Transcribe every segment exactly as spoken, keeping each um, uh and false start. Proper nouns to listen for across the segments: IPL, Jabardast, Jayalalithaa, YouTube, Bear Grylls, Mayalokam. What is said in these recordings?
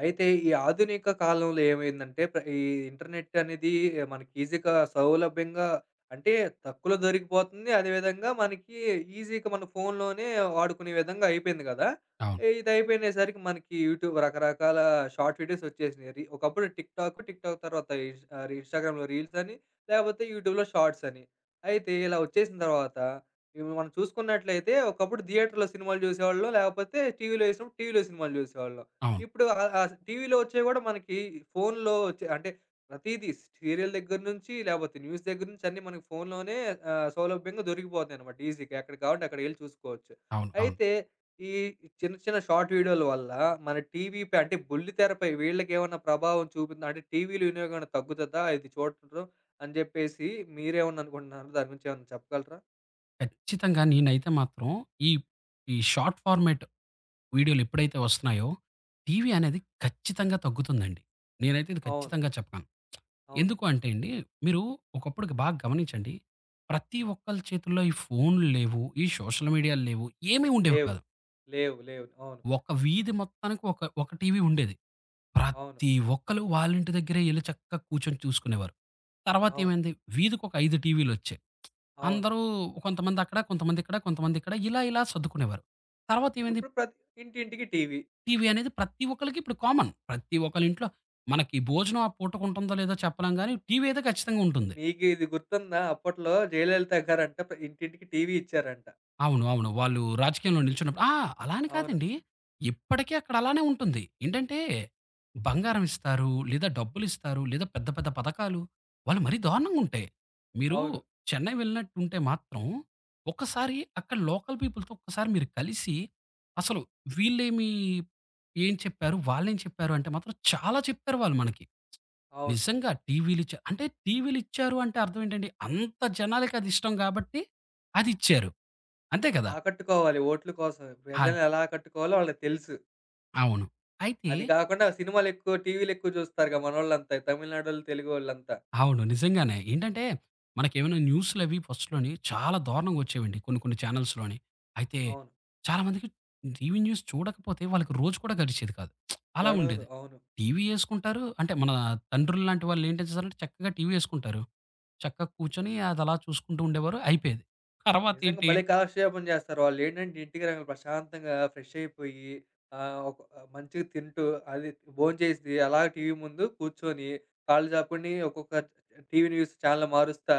అయితే ఈ ఆధునిక కాలంలో ఏమైందంటే ప్ర ఈ ఇంటర్నెట్ అనేది మనకి ఈజీగా, సౌలభ్యంగా, అంటే తక్కువలో దొరికిపోతుంది. అదేవిధంగా మనకి ఈజీగా మన ఫోన్‌లోనే వాడుకునే విధంగా అయిపోయింది గదా! అవును. ఇది అయిపోయినేసరికి మనకి యూట్యూబ్ రకరకాల షార్ట్ వీడియోస్ వచ్చేసినాయి. రి ఒకప్పుడు టిక్‌టాక్, టిక్‌టాక్ తర్వాత ఇన్స్ ఆహ్, ఇన్‌స్టాగ్రామ్‌లో రీల్స్ అని, లేకపోతే యూట్యూబ్‌లో షార్ట్స్ అని. అయితే ఇలా వచ్చేసిన తర్వాత ఇవి మనం చూసుకున్నట్లయితే, ఒకప్పుడు థియేటర్‌లో సినిమాలు జూసేవాళ్ళం. లేకపోతే టీవీలో ఏసినప్పుడు టీవీలో సినిమాలు జూసేవాళ్ళం. అవును. ఇప్పుడు ఆహ్, ఆహ్, టీవీలో వచ్చేవి గూడా మనకి ఫోనులో వచ్చే, అంటే ప్రతీదీ, సీరియల్ దగ్గర నుంచి, లేపోతే న్యూస్ దగ్గర నుంచి అన్నీ మనకి ఫోనులోనే ఆహ్, సౌలభ్యంగా దొరికిపోతాయనమాట, ఈజీగా. ఎక్కడ కావాలంటే అక్కడికెళ్లి చూసుకోవచ్చు. అవును. అవును. అయితే ఈ చిన్న చిన్న షార్ట్ వీడియోల వల్ల మన టీవీపై, అంటే బుల్లితెరపై వీళ్ళకేమన్నా ప్రభావం చూపిందా? అంటే టీవీల వినియోగం ఏమైనా తగ్గుతదా ఇది చూడటం అని జెప్పేసి మీరేమన్నా అనుకుంటున్నారా? దాని గురించి ఏమన్నా చెప్పగలరా? ఖచ్చితంగా నేనైతే మాత్రం ఈ, ఈ షార్ట్ ఫార్మాట్ వీడియోలు ఎప్పుడైతే వస్తున్నాయో, టీవీ అనేది ఖచ్చితంగా తగ్గుతుందండి. నేనైతే ఇది అవును. ఖచ్చితంగా చెప్పగలను. ఎందుకు అవునండి. అంటే అండి, మీరు ఒకప్పుడుకి బాగా గమనించండి. ప్రతి ఒక్కళ్ళ చేతుల్లో ఈ ఫోన్లు లేవు. ఈ సోషల్ మీడియాలు లేవు. ఏమీ ఉండేవి లేవు. కాదు. లేవు. లేవు. అవును. ఒక వీధి మొత్తానికి ఒక, ఒక టీవీ ఉండేది. అవును. ప్రతి ఒక్కళ్ళు వాళ్ళ ఇంటి దగ్గరే ఎళ్లి చక్కగా కూర్చొని చూసుకునేవారు. తర్వాత అవును. ఏమైంది? వీధికి ఒక ఐదు టీవీలొచ్చాయి. అవును. అందరూ కొంతమంది అక్కడ, కొంతమంది ఇక్కడ, కొంతమంది ఇక్కడ ఇలా ఇలా సర్దుకునేవారు. తర్వాత ఏమైంది? ఇప్పుడు ప్రతి ఇంటింటికి టీవీ. టీవీ అనేది ప్రతి ఒక్కళ్ళకి ఇప్పుడు కామన్. ప్రతి ఒక్కళ్ళ ఇంట్లో మనకి భోజనం ఆ పూటకుంటుందో లేదో చెప్పలేం గానీ టీవీ అయితే ఖచ్చితంగా ఉంటుంది. మీకిది గుర్తుందా? అప్పట్లో జయలలిత గారంట ప్ర ఇంటింటికి టీవీ ఇచ్చారంట. అవును. అవును. వాళ్ళు రాజకీయంలో నిల్చున్నప్పుడు ఆ! అలా అని అవును. కాదండి. ఇప్పటికీ అక్కడ అలానే ఉంటుంది. ఏంటంటే, బంగారం ఇస్తారు, లేదా డబ్బులిస్తారు, లేదా పెద్ద పెద్ద పథకాలు. వాళ్ళు మరీ దారుణంగా ఉంటాయి. మీరు అవును. చెన్నై వెళ్ళినట్టుంటే మాత్రం, ఒక్కసారి అక్కడ లోకల్ పీపుల్‌తో ఒక్కసారి మీరు కలిసి, అసలు వీళ్ళేమి ఏం చెప్పారు? వాళ్ళేం చెప్పారు? అంటే మాత్రం చాలా చెప్పారు వాళ్ళు మనకి. అవును. నిజంగా టీవీలిచ్చా అంటే టీవీలిచ్చారు అంటే అర్థం ఏంటండి, అంత జనాలకి అది ఇష్టం గాబట్టి అదిచ్చారు. అంతే కదా! ఆకట్టుకోవాలి ఓట్ల కోసం. అద్ ప్రజల్ని ఎలా ఆకట్టుకోవాలో వాళ్ళకి తెలుసు. అవును. అయితే అది కాకుండా సినిమాలెక్కువ, టీవీలెక్కువ చూస్తారుగా మనోళ్ళంతా. ఈ తమిళనాడోళ్ళు, తెలుగోళ్ళంతా. అవును. నిజంగానే. ఏంటంటే, మనకేమైనా న్యూస్‌లవి ఫస్ట్‌లోని చాలా దారుణంగా వచ్చేవండి కొన్ని కొన్ని ఛానల్స్‌లోని. అయితే అవును. చాలామందికి టీవీ న్యూస్ చూడకపోతే వాళ్ళకి రోజు కూడా గడిచేది కాదు. అలా గడవదు. ఉండేది. అవును. టీవీ యేసుకుంటారు. అంటే మన తండ్రుల్లాంటి వాళ్ళేం చేసేసారంటే చక్కగా టీవీ యేసుకుంటారు. చక్కగా కూర్చొని అదలా చూసుకుంటూ ఉండేవారు. అయిపోయేది. నిజంగా తర్వాతేంటి? భలే కాలక్షేపం చేస్తారు. వాళ్ళేంటంటే, ఇంటికి రాగానే ప్రశాంతంగా ఫ్రెష్ అయిపోయి, ఆహ్, ఒక మంచిగా తింటూ, అది భోంచేసి, అలా టీవీ ముందు కూర్చొని, కాళ్ళు చాపుకొని, ఒక్కొక్క టీవీ న్యూస్ ఛానెల్ మారుస్తా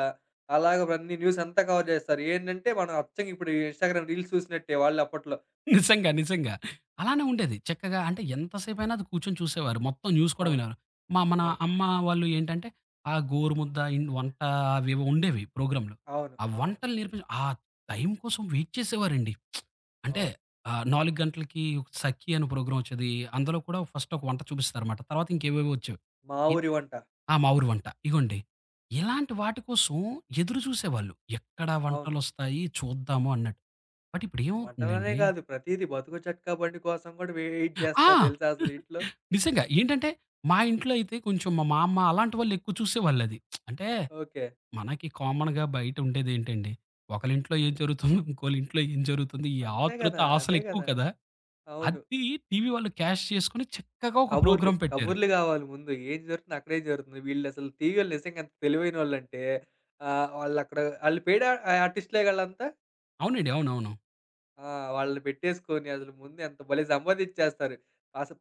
అలాగ అన్నీ న్యూస్ అంతా కవర్ చేస్తారు. ఏంటంటే మనం అచ్చంగా ఇప్పుడు ఇన్‌స్టాగ్రామ్ రీల్స్ చూసినట్టే వాళ్ళు అప్పట్లో. నిజంగా. నిజంగా. అలానే ఉండేది. చక్కగా అంటే ఎంతసేపైనా అది కూర్చొని చూసేవారు. మొత్తం న్యూస్ కూడా అవును. వినేవారు. మా మన అవును. అమ్మ వాళ్ళు ఏంటంటే, ఆ గోరుముద్ద, ఇన్ వంట అవేవో ఉండేవి ప్రోగ్రామ్‌లు. అవును. ఆ అవును. వంటలు నేర్పించ ఆ టైం కోసం వెయిట్ చేసేవారండి. అంటే అవును. ఆహ్, నాలుగు గంటలకి ఒక 'సఖి' అని ప్రోగ్రామ్ వచ్చేది. అందులో కూడా ఫస్ట్ ఒక వంట చూపిస్తారన్నమాట. తర్వాత ఇంకేవేవో వచ్చేవి. మా ఇద్ ఊరి వంట. ఆ! మా ఊరి వంట. ఇగోండి. ఇలాంటి వాటి కోసం ఎదురు చూసేవాళ్ళు. ఎక్కడ అవును. వంటలొస్తాయి చూద్దాము అన్నట్టు. బట్ ఇప్పుడు వంటలనే ఏమవుతుందండి? కాదు, ప్రతీది, బతుకు చట్కా బండి కోసం కూడా వెయిట్ చేస్తారు ఆ! తెలుసా అసలు ఇంట్లో. నిజంగా. ఏంటంటే, మా ఇంట్లో అయితే కొంచెం మా మామ్మ అలాంటి వాళ్ళెక్కువ చూసేవాళ్ళది. అంటే, ఓకే. మనకి కామన్‌గా బయటుండేదేంటండి, ఒకళ్ళింట్లో ఏం జరుగుతుందో, ఇంకోళ్ళింట్లో ఏం జరుగుతుంది, ఈ అంతే ఆతృత, కదా! అదే ఆశలెక్కువ కదా! కదా! అవును. అది టీవీ వాళ్ళు క్యాష్ చేసుకొని చక్కగా ఒక కబుర్లు. ప్రోగ్రామ్ పెట్టారు. కబుర్లు గావాలి ముందు. ఏం జరుగుతుంది? అక్కడేం జరుగుతుంది? వీళ్ళసలు టీవీ‌వోళ్ళు నిజంగా ఎంత తెలివైనోళ్ళంటే ఆహ్, వాళ్ళక్కడ ఆళ్ళు పెయిడ్ ఆ ఆర్టిస్ట్‌లే ఆళ్ళంతా. అవునండి. అవునవును. ఆ! వాళ్ళని పెట్టేసుకొని అసలు ముందు ఎంత భలే సంపాదించేస్తారు. అసలు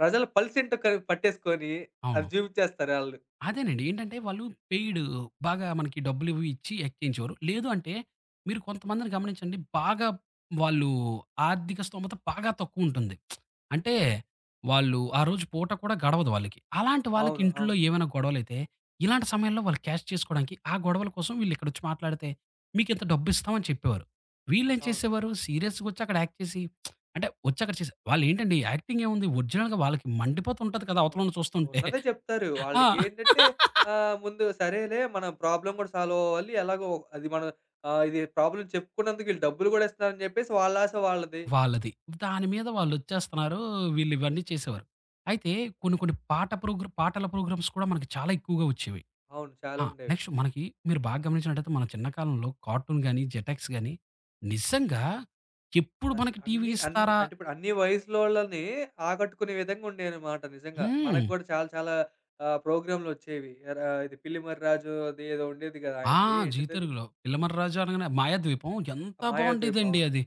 ప్రజల పల్సేంటో క పట్టేసుకొని అది అవును. చూపించేస్తారు ఆళ్ళు. అదేనండి. ఏంటంటే వాళ్ళు పెయిడ్ బాగా మనకి డబ్బులివి ఇచ్చి ఎక్కించేవారు. లేదు అంటే మీరు కొంతమందిని గమనించండి బాగా వాళ్ళు ఆర్థిక స్తోమత బాగా తక్కువుంటుంది. అంటే వాళ్ళు ఆ రోజు పూట కూడా గడవదు వాళ్ళకి. అలాంటి వాళ్ళకి అవును. ఇంట్లో అవును. ఏమైనా గొడవలైతే ఇలాంటి సమయంలో వాళ్ళు క్యాష్ చేసుకోవడానికి ఆ గొడవల కోసం వీళ్ళిక్కడొచ్చి మాట్లాడితే మీకింత డబ్బిస్తాం అని చెప్పేవారు. వీళ్ళేం అవును. చేసేవారు సీరియస్‌గొచ్చి అక్కడ యాక్ట్ చేసి అంటే వచ్చక్కడ చేసి వాళ్ళేంటండి యాక్టింగేముంది ఒరిజినల్‌గా వాళ్ళకి మండిపోతుంటది కదా! ఉ అవతలోళ్ళని చూస్తుంటే. ఉన్నదే చెప్తారు. ఆ! వాళ్ళకేంటంటే ఆహ్, ముందు సరేలే మన ప్రాబ్లమ్ గూడా సాల్వ్ అవ్వాలి. ఎలాగో అది మనం, ఆహ్, ఇది ప్రాబ్లమ్ చెప్పుకున్నందుకు వీళ్ళు డబ్బులు గూడా ఇస్తున్నారని జెప్పేసి వాళ్ళ ఆశ వాళ్ళది. వాళ్ళది. దాని మీద వాళ్ళొచ్చేస్తున్నారు. వీళ్ళు ఇవన్నీ చేసేవారు. అయితే కొన్ని కొన్ని పాట ప్రోగ్రా పాటల ప్రోగ్రామ్స్ కూడా మనకి చాలా ఎక్కువగా వచ్చేవి. అవును. చాలా ఆ! ఉండేవి. నెక్స్ట్ మనకి మీరు బాగా గమనించినట్టయితే మన చిన్న కాలంలో కార్టూన్ గాని, జెటెక్స్ గాని నిజంగా ఎప్పుడు ప్రతి మనకి టీవీ అన్ని అన్ని ఇస్తారా? అంటే ఇప్పుడు అన్ని వయసులోళ్ళని ఆకట్టుకునే విధంగా ఉండేనమాట నిజంగా. మనకు హ్మ్. గూడా చాలా చాలా ఆహ్, ప్రోగ్రామ్‌లొచ్చేవి. రా ఇది పిల్లిమర్రి రాజు, అది ఏదో ఉండేది గదా! ఆ! ఆయనది. జీ ఏంటిదది? తెలుగులో 'పిల్లమర్రాజు' అనగానే 'మాయాద్వీపం' ఎంత మాయాద్వీప్, బావుండేదండి అవును. అది.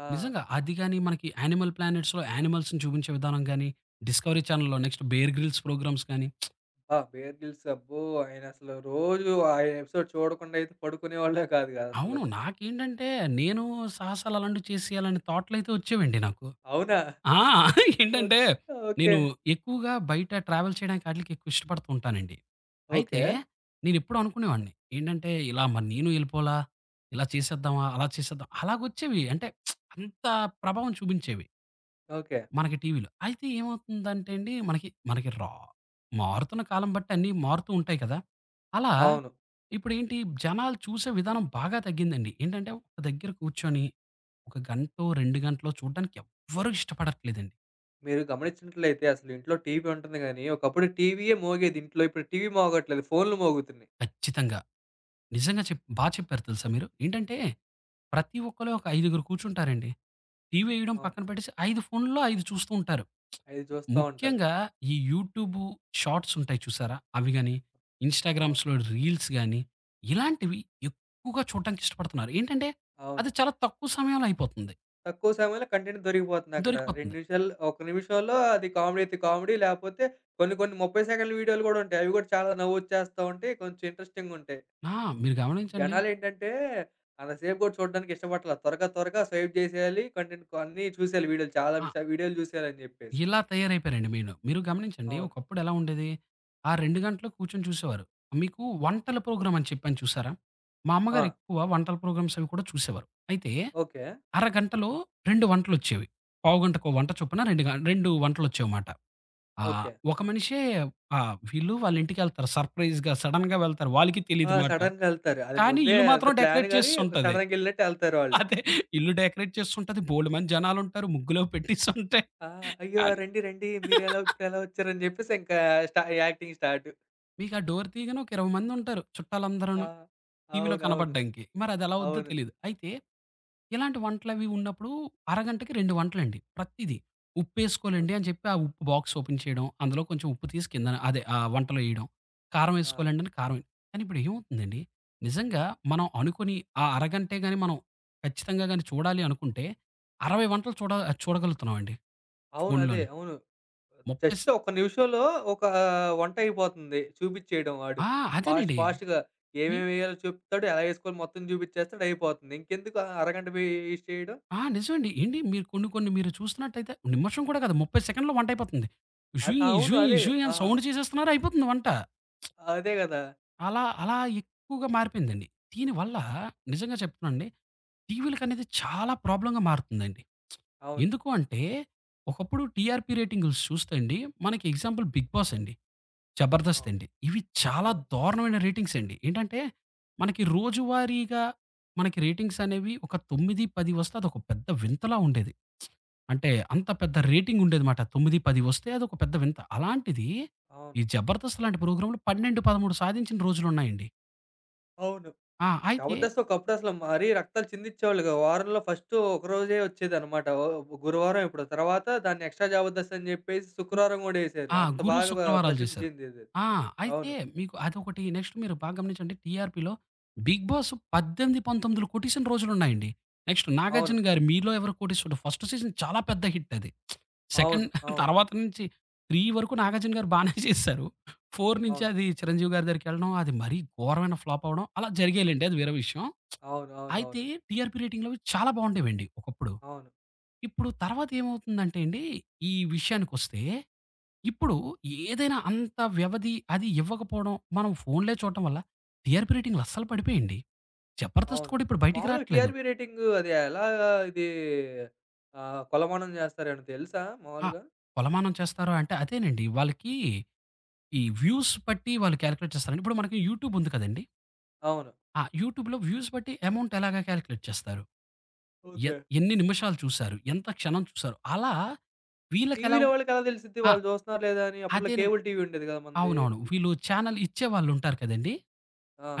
ఆ! నిజంగా అది గాని మనకి 'యానిమల్ ప్లానెట్స్‌లో' యానిమల్స్‌ని చూపించే విధానం గాని, 'డిస్కవరీ ఛానెల్‌లో' నెక్స్ట్ 'బేర్ గ్రిల్స్' ప్రోగ్రామ్స్ గాని అబ్బా! 'బేర్ గ్రిల్స్' అబ్బో! ఆయనసలు రోజు ఆ ఎపిసోడ్ చూడకుండా అయితే పడుకునేవాళ్ళే కాదు గదా అసలు. అవును. నాకేంటంటే, నేను సాహసాలు అలాంటివి చేసి అలాంటి థాట్‌లయితే వచ్చేవండి నాకు. అవునా? ఆ! ఓకే. ఏంటంటే, ఓకే. నేను ఎక్కువగా బయట ట్రావెల్ చేయడానికి ఆటిలకి ఎక్కువ ఇష్టపడుతూ ఉంటానండి. అయితే, ఓకే. నేనెప్పుడూ అనుకునేవాడిని. ఏంటంటే, ఇలా మరి నేను ఎళ్ళిపోలా, ఇలా చేసేద్దామా, అలా చేసేద్దాం అలాగొచ్చేవి. అంటే, అంత ప్రభావం చూపించేవి. ఓకే. మనకి టీవీలో. అయితే ఏమవుతుందంటే అండి, మనకి మనకి రా మారుతున్న కాలం బట్టి అన్నీ మారుతూ ఉంటాయి కదా! అలా అవును. ఇప్పుడేంటి? జనాలు చూసే విధానం బాగా తగ్గిందండి. ఏంటంటే ఒక దగ్గర కూర్చొని, ఒక గంటో, రెండు గంటలో చూడడానికి ఎవ్వరూ ఇష్టపడట్లేదండి. మీరు గమనించినట్లయితే అసలు ఇంట్లో టీవీ ఉంటుంది గానీ, ఒకప్పుడు టీవీయే మోగేది ఇంట్లో. ఇప్పుడు టీవీ మోగట్లేదు. ఫోన్‌లు మోగుతున్నాయి. ఖచ్చితంగా. నిజంగా చెప్ బా చెప్పారు తెలుసా మీరు. ఏంటంటే, ప్రతి ఒక్కళ్ళు ఒక ఐదుగురు కూర్చుంటారండి. టీవీ ఎయడం అవును. పక్కన పెట్టేసి ఐదు ఫోనుల్లో ఐదు చూస్తూ ఉంటారు. అవి చూస్తా ఉంటారు. ముఖ్యంగా ఈ యూట్యూబు షార్ట్స్ ఉంటాయి చూసారా? అవి గాని, అవును. ఇన్‌స్టాగ్రామ్స్‌లో రీల్స్ గాని, ఇలాంటివి ఎక్కువగా చూడటానికి ఇష్టపడుతున్నారు. ఏంటంటే, అవును. అది చాలా తక్కువ సమయంలో అయిపోతుంది. తక్కువ సమయంలో కంటెంట్ దొరికిపోతుందక్కడ. రెండు దొరికిపోతుంది. నిమిషాల్లో, ఒక నిమిషంలో అది కామెడీ అయితే కామెడీ, లేపోతే కొన్ని కొన్ని ముప్పై సెకన్ల వీడియోలు గూడా ఉంటాయి. అవి గూడా చాలా నవ్వొచ్చేస్తా ఉంటాయి. కొంచెం ఇంట్రెస్టింగుంటాయి. ఆ! మీరు గమనించండి. జనాలేంటంటే అంతసేపు గూడా చూడడానికి ఇష్టపడట్లా. త్వరగా త్వరగా స్వైప్ జేసేయాలి. కంటెంట్ కొ అన్నీ చూసేయాలి వీడియోలు. చాలా ఆ! విష వీడియోలు చూసేయాలని జెప్పేసి. ఇలా తయారైపోయారండి మీను. మీరు గమనించండి అవును. ఒకప్పుడు ఎలా ఉండేది? ఆ రెండు గంటలు కూర్చొని చూసేవారు. మీకు వంటల ప్రోగ్రామ్ అని చెప్పాను చూసారా? మా ఆ! అమ్మగారు ఎక్కువ వంటల ప్రోగ్రామ్స్ అవి కూడా చూసేవారు. అయితే ఓకే. అరగంటలో రెండు వంటలొచ్చేవి. పావుగంటకో వంట చొప్పున రెండు గ రెండు వంటలొచ్చేవిమాట. ఆ! ఓకే. ఒక మనిషే. ఆ! వీళ్ళు వాళ్ళ ఇంటికెళ్తారు సర్ప్రైజ్‌గా, సడెన్‌గా వెళ్తారు. వాళ్ళకి ఆ! తెలీదు మాట. సడెన్‌గా ఎళ్తారు. అది కానీ ముందే ఇల్లు అంత మాత్రం ప్లాన్ డెకరేట్ గాని, చేసుంటది. సడెన్‌గా ఎళ్ళినట్టు ఎళ్తారు వాళ్ళు. అదే ఇల్లు డెకరేట్ చేసుంటది. బోలెడుమంది జనాలుంటారు. ముగ్గులవి పెట్టేసుంటాయి. ఆ! అయ్యో! కానీ రండి, రండి. మీరెలా ఇప్పుడెలా వచ్చారని జెప్పేసి ఇంకా స్టా యాక్టింగ్ స్టార్ట్. మీకు ఆ డోర్ తీయగానే ఒక ఇరవై మందుంటారు ఆ! చుట్టాలందరూను టీవీలో అవునవును. కనపడడానికి. మరదెలా అవుద్దో అవును. తెలీదు. అయితే ఇలాంటి వంటలవి ఉన్నప్పుడు అరగంటకి రెండు వంటలండి. ప్రతీదీ. ఉప్పేసుకోవాలండి ఓకే. అని చెప్పి ఆ ఉప్పు బాక్స్ ఓపెన్ చేయడం. అందులో కొంచెం ఉప్పు తీసి కిందన అదే ఆ వంటలో ఎయడం. కారం ఆ! ఏసుకోవాలండి అని కారం వేయ- కానీ ఇప్పుడు ఏమవుతుందండి, నిజంగా మనం అనుకోని ఆ అరగంటే గాని మనం ఖచ్చితంగా గాని చూడాలి అనుకుంటే అరవై వంటలు చూడ చూడగలుగుతున్నామండి అవును. అదే. ఫోనులోనే. అవును. ముప్పై స్ జస్ట్ ఒక్క నిమిషంలో ఒక వంట అయిపోతుంది. చూపిచ్చేయడం వాడు. ఆ! ఫాస్ట్ అదేనండి. ఫాస్ట్‌గా ఎ ఏమేమెయ్యాలో చెప్తాడు. ఎలా ఏసుకోవాలో మొత్తం చూపిచ్చేస్తాడు, అయిపోతుంది. ఇంకెందుకు ఆ అరగంట వేస్ట్ చేయడం. ఆ! నిజమండి. ఏండి మీరు కొన్ని కొన్ని మీరు చూస్తున్నట్టయితే నిమిషం కూడా కాదు ముప్పై సెకన్‌లో వంటయిపోతుంది. అద్ జుయ్ అవును. జుయ్ అదే. జుయ్ ఆ! అని సౌండ్ చేసేస్తున్నారు అయిపోతుంది వంట. అదే గదా! అలా, అలా ఎక్కువగా మారిపోయిందండి. దీనివల్ల నిజంగా చెప్తున్నానండి. టీవీలకనేది చాలా ప్రాబ్లమ్‌గా మారుతుందండి. అవును. ఎందుకు అంటే, ఒకప్పుడు టీఆర్‌పీ రేటింగ్స్ చూస్తే అండి, మనకి ఎగ్జాంపుల్ 'బిగ్ బాస్' అండి, 'జబర్దస్త్' అవును. అండి. ఇవి చాలా అవును. దారుణమైన రేటింగ్స్ అండి. ఏంటంటే, మనకి రోజువారీగా మనకి రేటింగ్స్ అనేవి ఒక తొమ్మిది, పది వస్తే అదొక పెద్ద వింతలా ఉండేది. అంటే అంత పెద్ద రేటింగ్ ఉండేదమాట. తొమ్మిది, పది వస్తే అదొక పెద్ద వింత. అలాంటిది ఈ అవును. 'జబర్దస్త్' లాంటి ప్రోగ్రామ్‌లు పన్నెండు, పదమూడు సాధించిన రోజులున్నాయండి. అవును. ఆ! అయితే జబర్దస్త్ ఒకప్పుడసలు మరీ రక్తాలు చిందిచ్చేవాళ్ళుగా. వారంలో ఫస్టు ఒక రోజే వచ్చేదనమాట. ఓ గురువారం ఎప్పుడో. తర్వాత దాన్ని ఎక్స్ట్రా జబర్దస్త్ అని జెప్పేసి హ్మ్. శుక్రవారం గూడా యేశారు. ఆ! అంత గురు, బాగా బ శుక్రవారాలు ప్రసిద్ధి చేశారు. చెందేదది. ఆ! అయితే అవును. మీకు అదొకటి నెక్స్ట్ మీరు బాగా గమనించండి టీఆర్‌పీలో 'బిగ్ బాస్' పద్దెనిమిది, పందొమ్మిది కొట్టేసిన రోజులున్నాయండి. నెక్స్ట్ అవును. 'నాగార్జున' గారి 'మీలో ఎవరో కోటీశ్వరుడు' ఫస్ట్ సీజన్ చాలా పెద్ద హిట్ అది. సెకండ్ అవును. అవును. తర్వాత నుంచి మూడు వరకు 'నాగార్జున' గారు బానే చేశారు. నాలుగు నుంచి అవును. అది 'చిరంజీవి' గారి దగ్గరికెళ్ళడం అది మరీ ఘోరమైన ఫ్లాప్ అవ్వడం అలా జరిగాయిలెండి అది వేరే విషయం. అవును. అయితే అవునవును. టీఆర్‌పీ రేటింగ్‌లవి చాలా బాగుండేవండి ఒకప్పుడు. అవును. ఇప్పుడు తర్వాత ఏమవుతుందంటే అండి, ఈ విషయానికొస్తే ఇప్పుడు ఏదైనా అంత వ్యవధి అది ఇవ్వకపోవడం, మనం ఫోన్లే చూడటం వల్ల టీఆర్‌పీ రేటింగ్‌లు అస్సలు పడిపోయాయండి. 'జబర్దస్త్' అవును. కూడా ఇప్పుడు బయటికి మాములుగా రాట్లేదు. టీఆర్‌పీ రేటింగు అది ఎలాగా ఇది ఆహ్, కొలమానం జేస్తారేమన్నా తెలుసా ఆ! మాములుగా? కొలమానం చేస్తారా అంటే అదేనండి. వాళ్ళకి ఈ వ్యూస్ బట్టి వాళ్ళు కాలిక్యులేట్ చేస్తారండి. ఇప్పుడు మనకి యూట్యూబ్ ఉంది కదండీ! అవును. ఆ యూట్యూబ్‌లో వ్యూస్ బట్టి అమౌంట్ ఎలాగా కాలిక్యులేట్ చేస్తారు? ఎ ఓకే. ఎన్ని నిమిషాలు చూసారు? ఎంత క్షణం చూసారు? అలా వీళ్ళకెలా? టీవీలో వాళ్ళకెలా తెలిసిద్ది ఆ! వాళ్ళు జూస్తున్నారా లేదా అని? అప్పట్లో అదేనండి. కేబుల్ టీవీ ఉండేది గదా మనది! అవునవును. వీళ్ళు ఛానల్ ఇచ్చేవాళ్ళుంటారు కదండీ!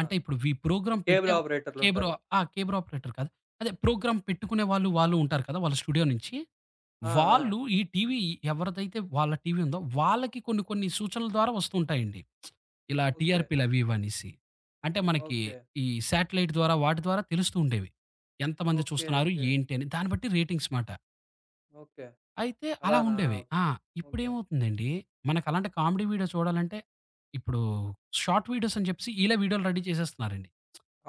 అంటే ఇప్పుడు వి ప్రోగ్రామ్ కేబుల్ పెట్టే కేబుల్ ఆపరేటర్లుంటారు. ఆ! కేబుల్ ఆపరేటర్ కాదు. అదే ప్రోగ్రామ్ పెట్టుకునే వాళ్ళు, వాళ్ళు ఉంటారు కదా! వాళ్ళ స్టూడియో నుంచి. ఆ! ఆ! వాళ్ళు ఈ టీవీ ఎవరిదైతే వాళ్ళ టీవీ ఉందో వాళ్ళకి కొన్ని కొన్ని సూచనల ద్వారా వస్తుంటాయండి. ఇలా ఓకే. టీఆర్‌పీలు అవి ఇవనేసి. అంటే మనకి ఓకే. ఈ శాటిలైట్ ద్వారా వాటి ద్వారా తెలుస్తూ ఉండేవి. ఎంతమంది ఓకే. చూస్తున్నారు? ఓకే. ఏంటి అని? దాన్ని బట్టి రేటింగ్స్ మాట. ఓకే. అయితే అలా అలానా? ఉండేవి. ఆ! ఓకే. ఇప్పుడేమవుతుందండి, మనకలాంటి కామెడీ వీడియో చూడాలంటే, ఇప్పుడు షార్ట్ వీడియోస్ అని చెప్పేసి ఈళ్ళే వీడియోలు రెడీ చేసేస్తున్నారండి.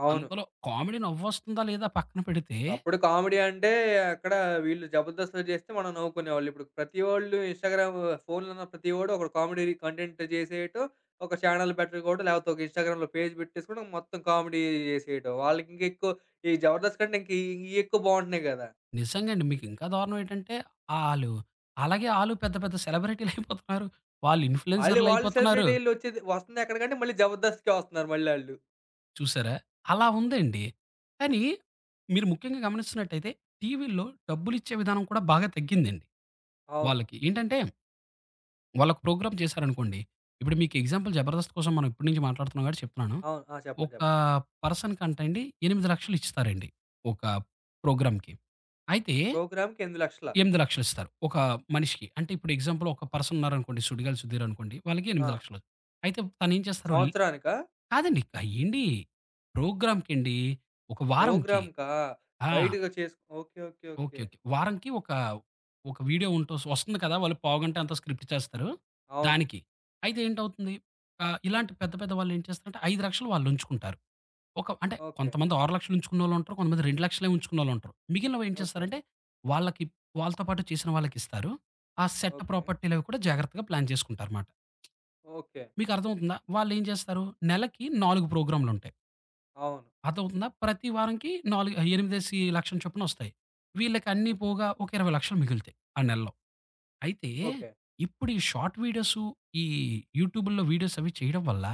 అవును. అందులో కామెడీ నవ్వొస్తుందా లేదా పక్కన పెడితే, ఒకప్పుడు కామెడీ అంటే అక్కడ వీళ్ళు 'జబర్దస్త్'లో చేస్తే మనం నవ్వుకునేవాళ్ళు. ఇప్పుడు ప్రతి వోళ్ళు ఇన్‌స్టాగ్రామ్, ఫోన్లున్న ప్రతి వోడు ఒక కామెడీ కంటెంట్ చేసేయటం, ఒక ఛానల్ పెట్టుకోవడం, లేకపోతే ఒక ఇన్‌స్టాగ్రామ్‌లో పేజ్ పెట్టేసుకోవడం, మొత్తం కామెడీ చేసేయటం. వాళ్ళకి ఇంకా ఎక్కువ ఈ 'జబర్దస్త్' కంటే ఇంక ఇ ఇయి ఎక్కువ బాగుంటున్నాయి గదా! నిజంగా అండి మీకింకా దారుణం ఏంటంటే, ఆళ్ళు అలాగే ఆళ్ళు పెద్ద పెద్ద సెలబ్రిటీలయిపోతున్నారు. వాళ్ళు మళ్ళీ వాళ్ళు ఇన్‌ఫ్లుయెన్సర్‌లయిపోతున్నారు. సెలబ్రిటీ ఈళ్ళు వచ్చేది వస్తుంది ఎక్కడికంటే మళ్ళీ 'జబర్దస్త్‌కే' వస్తున్నారు మళ్ళీ ఆళ్ళు. చూసారా? అలా ఉందండి. కానీ, మీరు ముఖ్యంగా గమనిస్తున్నట్టయితే టీవీల్లో డబ్బులిచ్చే విధానం కూడా బాగా తగ్గిందండి అవును. వాళ్ళకి. ఏంటంటే వాళ్ళకి ప్రోగ్రామ్ చేశారనుకోండి, ఇప్పుడు మీకు ఎగ్జాంపుల్ 'జబర్దస్త్' కోసం మనం ఇప్పటి నుంచి మాట్లాడుతున్నాం కాబట్టి చెప్తున్నాను. అవును. ఆ! చెప్పండి. ఒక చెప్పండి. పర్సన్‌కంట అండి ఎనిమిది లక్షలు ఇస్తారండి. ఒక ప్రోగ్రామ్‌కి. అయితే ప్రోగ్రామ్‌కి ఎనిమిది లక్షలు. ఎనిమిది లక్షలు ఇస్తారు. ఒక మనిషికి. అంటే ఇప్పుడు ఎగ్జాంపుల్ ఒక పర్సన్ ఉన్నారనుకోండి 'సుడిగాలి సుధీర్' అనుకోండి. వాళ్ళకి ఆ! ఎనిమిది లక్షలు. అయితే తనేం చేస్తారు లి- సంవత్సరానికా? కాదండి. అయ్యేండి ప్రోగ్రామ్‌కండి. ఒక వారంకి. ప్రోగ్రామ్‌కా? ఆ! బయటగా చేసు okay. Okay. Okay. Okay. Okay. వారానికి ఒక, ఒక వీడియో ఉంటూ వస్తుంది కదా! వాళ్ళు పావుగంట ఎంతో స్క్రిప్ట్ చేస్తారు. అవును. దానికి. అయితే ఏంటవుతుంది? ఆహ్, ఇలాంటి పెద్ద, పెద్ద వాళ్ళేం చేస్తారంటే ఐదు లక్షలు వాళ్ళుంచుకుంటారు. ఒక అంటే ఓకే. కొంతమంది ఆరు లక్షలు ఉంచుకున్నోళ్ళుంటారు. కొంతమంది రెండు లక్షలు ఉంచుకున్నోళ్ళుంటారు. మిగిలినవేం ఓకే. చేస్తారంటే వాళ్ళకి వాళ్ళతో పాటు చేసిన వాళ్ళకిస్తారు. ఆ సెట్ ఓకే. ప్రాపర్టీలవి కూడా జాగ్రత్తగా ప్లాన్ చేసుకుంటారుమాట. ఓకే. మీకర్థమవుతుందా? వాళ్ళేం చేస్తారు? నెలకి నాలుగు ప్రోగ్రామ్‌లుంటాయి. అవును. అదవుతుందా? ప్రతి వారంకి నాలుగు ఎనిమిది, ఎనిమిది లక్షల చొప్పున ఒస్తాయి. వీళ్ళకి అన్నీ ఓకే. పోగా ఒక ఇరవై లక్షలు మిగులుతాయి ఆ నెలలో. అయితే ఓకే. ఇప్పుడు ఈ షార్ట్ వీడియోసు, ఈ యూట్యూబుల్లో వీడియోస్ అవి చేయడం వల్ల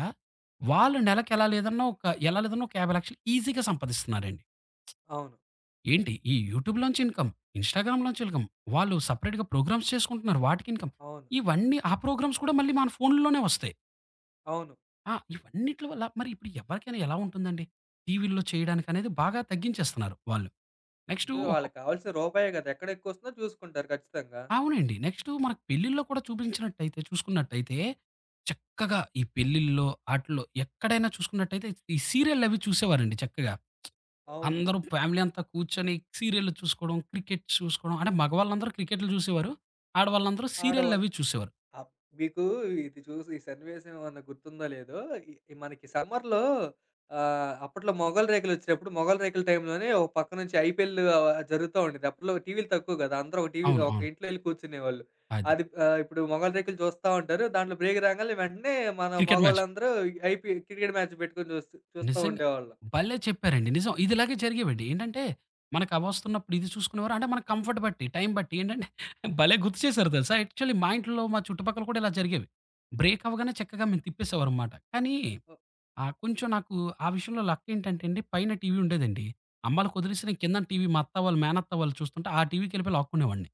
వాళ్ళు నెలకి ఎలా లేదన్నా ఒక ఎలా లేదన్నా ఒక యాభై లక్షలు ఈజీగా సంపాదిస్తున్నారండి. అవును. ఏంటి ఈ యూట్యూబ్‌లోంచి ఇన్‌కమ్, ఇన్‌స్టాగ్రామ్‌లోంచి ఇన్‌కమ్, వాళ్ళు సెపరేట్‌గా ప్రోగ్రామ్స్ చేసుకుంటున్నారు వాటికి ఇన్‌కమ్. అవును. ఇవన్నీ ఆ ప్రోగ్రామ్స్ కూడా మళ్ళీ మన ఫోన్‌లోనే ఒస్తాయి. అవును. ఆ! ఇవన్నిట్ల వల్ల మరి ఇప్పుడు ఎవరికైనా ఎలా ఉంటుందండి? టీవీల్లో చేయడానికనేది బాగా తగ్గించేస్తున్నారు వాళ్ళు. నెక్స్టు ముందు ఒక వాళ్ళకి కావాల్సిన రూపాయే గదా! ఎక్కడెక్కువొస్తుందో చూసుకుంటారు ఖచ్చితంగా. అవునండి. నెక్స్టు మనకు పెళ్ళిల్లో కూడా చూపించినట్టయితే చూసుకున్నట్టయితే, చక్కగా ఈ పెళ్ళిల్లో ఆటిల్లో ఎక్కడైనా చూసుకున్నట్టయితే ఈ సీరియల్లవి చూసేవారండి చక్కగా. అవును. అందరూ ఫ్యామిలీ అంతా కూర్చొని సీరియల్లు చూసుకోవడం, క్రికెట్ చూసుకోవడం అంటే మగవాళ్ళందరూ క్రికెట్లు చూసేవారు. ఆడవాళ్ళందరూ ఆడవాళ్ళు సీరియల్లవి చూసేవారు. అప్ మీకు ఇది చూసి ఈ సన్నివేశం ఏమన్నా గుర్తుందో లేదో, ఈ ఈ మనకి సమ్మర్‌లో ఆహ్, అప్పట్లో మొగలి రేకులొచ్చినప్పుడు, మొగలి రేకుల టైంలోనే ఒక పక్క నుంచి ఐపీఎల్ ఆహ్, జరుగుతా ఉండేది. అప్పట్లో టీవీలు తక్కువ కదా! అందరూ ఒక టీవీ అవును. ఒక అవును. ఇంట్లో ఎళ్లి కూర్చునేవాళ్ళు. అది. అది ఆహ్, ఇప్పుడు మొగలి రేకులు చూస్తా ఉంటారు. దాంట్లో బ్రేక్ రాంగాల్నే వెంటనే మన క్రికెట్ మ్యాచ్. మగోళ్ళందరూ ఐపీ క్రికెట్ మ్యాచ్ పెట్టుకొని చూస్తూ చూస్తా నిజంగా. ఉండేవాళ్ళం. భలే చెప్పారండి. నిజం. ఇదిలాగే జరిగేవండి. ఏంటంటే, మనకు అవొస్తున్నప్పుడు ఇది చూసుకునేవారు. అంటే మన కంఫర్ట్ బట్టి, టైం బట్టి ఏంటంటే భలే గుర్తు చేశారు తెలుసా! యాక్చువల్లీ మా ఇంట్లో, మా చుట్టుపక్కల కూడా ఇలా జరిగేవి. బ్రేక్ అవ్వగానే చక్కగా మేము తిప్పేసేవారనమాట. కానీ ఓ ఆహ్, కొంచెం నాకు ఆ విషయంలో లక్కేంటంటే అండి, పైన టీవీ ఉండేదండి. అమ్మాళ్ళకి వదిలేసి నేను కిందన టీవీ మా అత్త వాళ్ళు, మేనత్త వాళ్ళు చూస్తుంటే ఆ టీవీకెళ్ళిపోయి లాక్కునేవాడిని.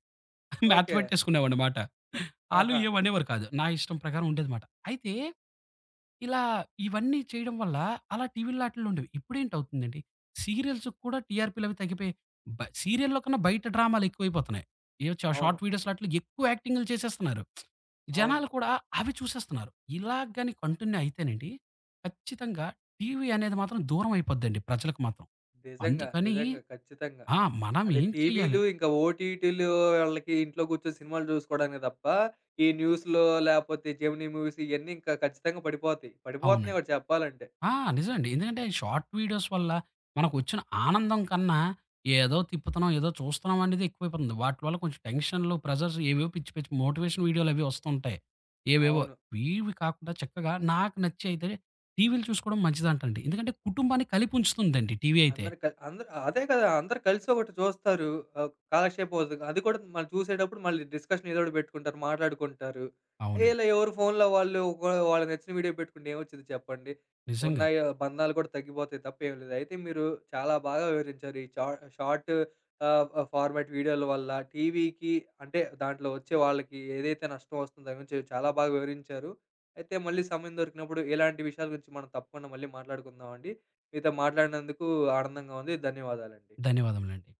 Match okay. పెట్టేసుకునేవాడినమాట. ఓ- ఆళ్ళు ఆహా! ఏమనేవారు కాదు. నా ఇష్టం ప్రకారం ఉండేదిమాట. అయితే ఇలా ఇవన్నీ చేయడం వల్ల అలా టీవీల్లో ఆటిల్లో ఉండేవి. ఇప్పుడేంటవుతుందండి, సీరియల్స్‌కి కూడా టీఆర్‌పీలవి తగ్గిపోయి, బ సీరియల్‌లో కన్నా బయట డ్రామాలెక్కువైపోతున్నాయి. ఏవో చ అవును. షార్ట్ వీడియోస్‌లో ఆటిల్లో ఎక్కువ యాక్టింగులు చేసేస్తున్నారు. అవును. జనాలు కూడా అవి చూసేస్తున్నారు. ఇలా గాని కంటిన్యూ అయితేనండి, ఖచ్చితంగా టీవీ అనేది మాత్రం దూరమైపోద్దండి ప్రజలకు మాత్రం. నిజంగా. అందుకని నిజంగా. ఖచ్చితంగా. ఆ! మనం అదే ఏం చేయాలి? టీవీలు, ఇంకా ఓటీటీలు, వాళ్ళకి ఇంట్లో కూర్చొని సినిమాలు చూసుకోవడానికి తప్ప, ఈ న్యూస్‌లో లేపోతే జెమినీ మూవీస్ ఇయన్నీ ఇంకా ఖచ్చితంగా పడిపోతాయి. పడిపోతున్నాయి అవునండి. కూడా చెప్పాలంటే. ఆ! నిజమండి. ఎందుకంటే షార్ట్ వీడియోస్ వల్ల మనకొచ్చిన ఆనందం కన్నా, ఏదో తిప్పుతున్నాం, ఏదో చూస్తున్నాం అనేది ఎక్కువైపోతుంది. వాటి వల్ల కొంచెం టెన్షన్‌లు, ప్రెషర్స్ ఏవేవో పిచ్చి పిచ్చి మోటివేషన్ వీడియోలవి వస్తుంటాయి. ఏవేవో అవును. ఇవి కాకుండా చక్కగా నాకు నచ్చి అయితే టీవీలు చూసుకోవడం మంచిదంటండి. ఎందుకంటే కుటుంబాన్ని కలిపుంచుతుందండి టీవీ అయితే. అందరు కల్ అందరు అదే కదా! అందరూ కలిసి ఒకటి చూస్తారు. ఆహ్, కాలక్షేపం అవుతుంది. అది కూడా మనం చూసేటప్పుడు మళ్ళీ డిస్కషన్ ఏదో ఒకటి పెట్టుకుంటారు, మాట్లాడుకుంటారు. ఏ అవునండి. ఇలా ఎవరు ఫోన్‌లో వాళ్ళు ఒక వాళ్ళకి నచ్చిన వీడియో పెట్టుకుంటే ఏమొచ్చిద్ది చెప్పండి? ఉన్న నిజంగా. య బంధాలు కూడా తగ్గిపోతాయి తప్ప ఏమి లేదు. అయితే మీరు చాలా బాగా వివరించారు. ఈ చా షార్ట్ ఆహ్, ఆహ్, ఫార్మాట్ వీడియోల వల్ల టీవీకి, అంటే దాంట్లో వచ్చే వాళ్ళకి ఏదైతే నష్టం వస్తుందో దాని గురించి చాలా బాగా వివరించారు. అయితే మళ్ళీ సమయం దొరికినప్పుడు ఇలాంటి విషయాల గురించి మనం తప్పకుండా మళ్ళీ మాట్లాడుకుందామండి. మీతో మాట్లాడినందుకు ఆనందంగా ఉంది. ధన్యవాదాలండి. ధన్యవాదములండి.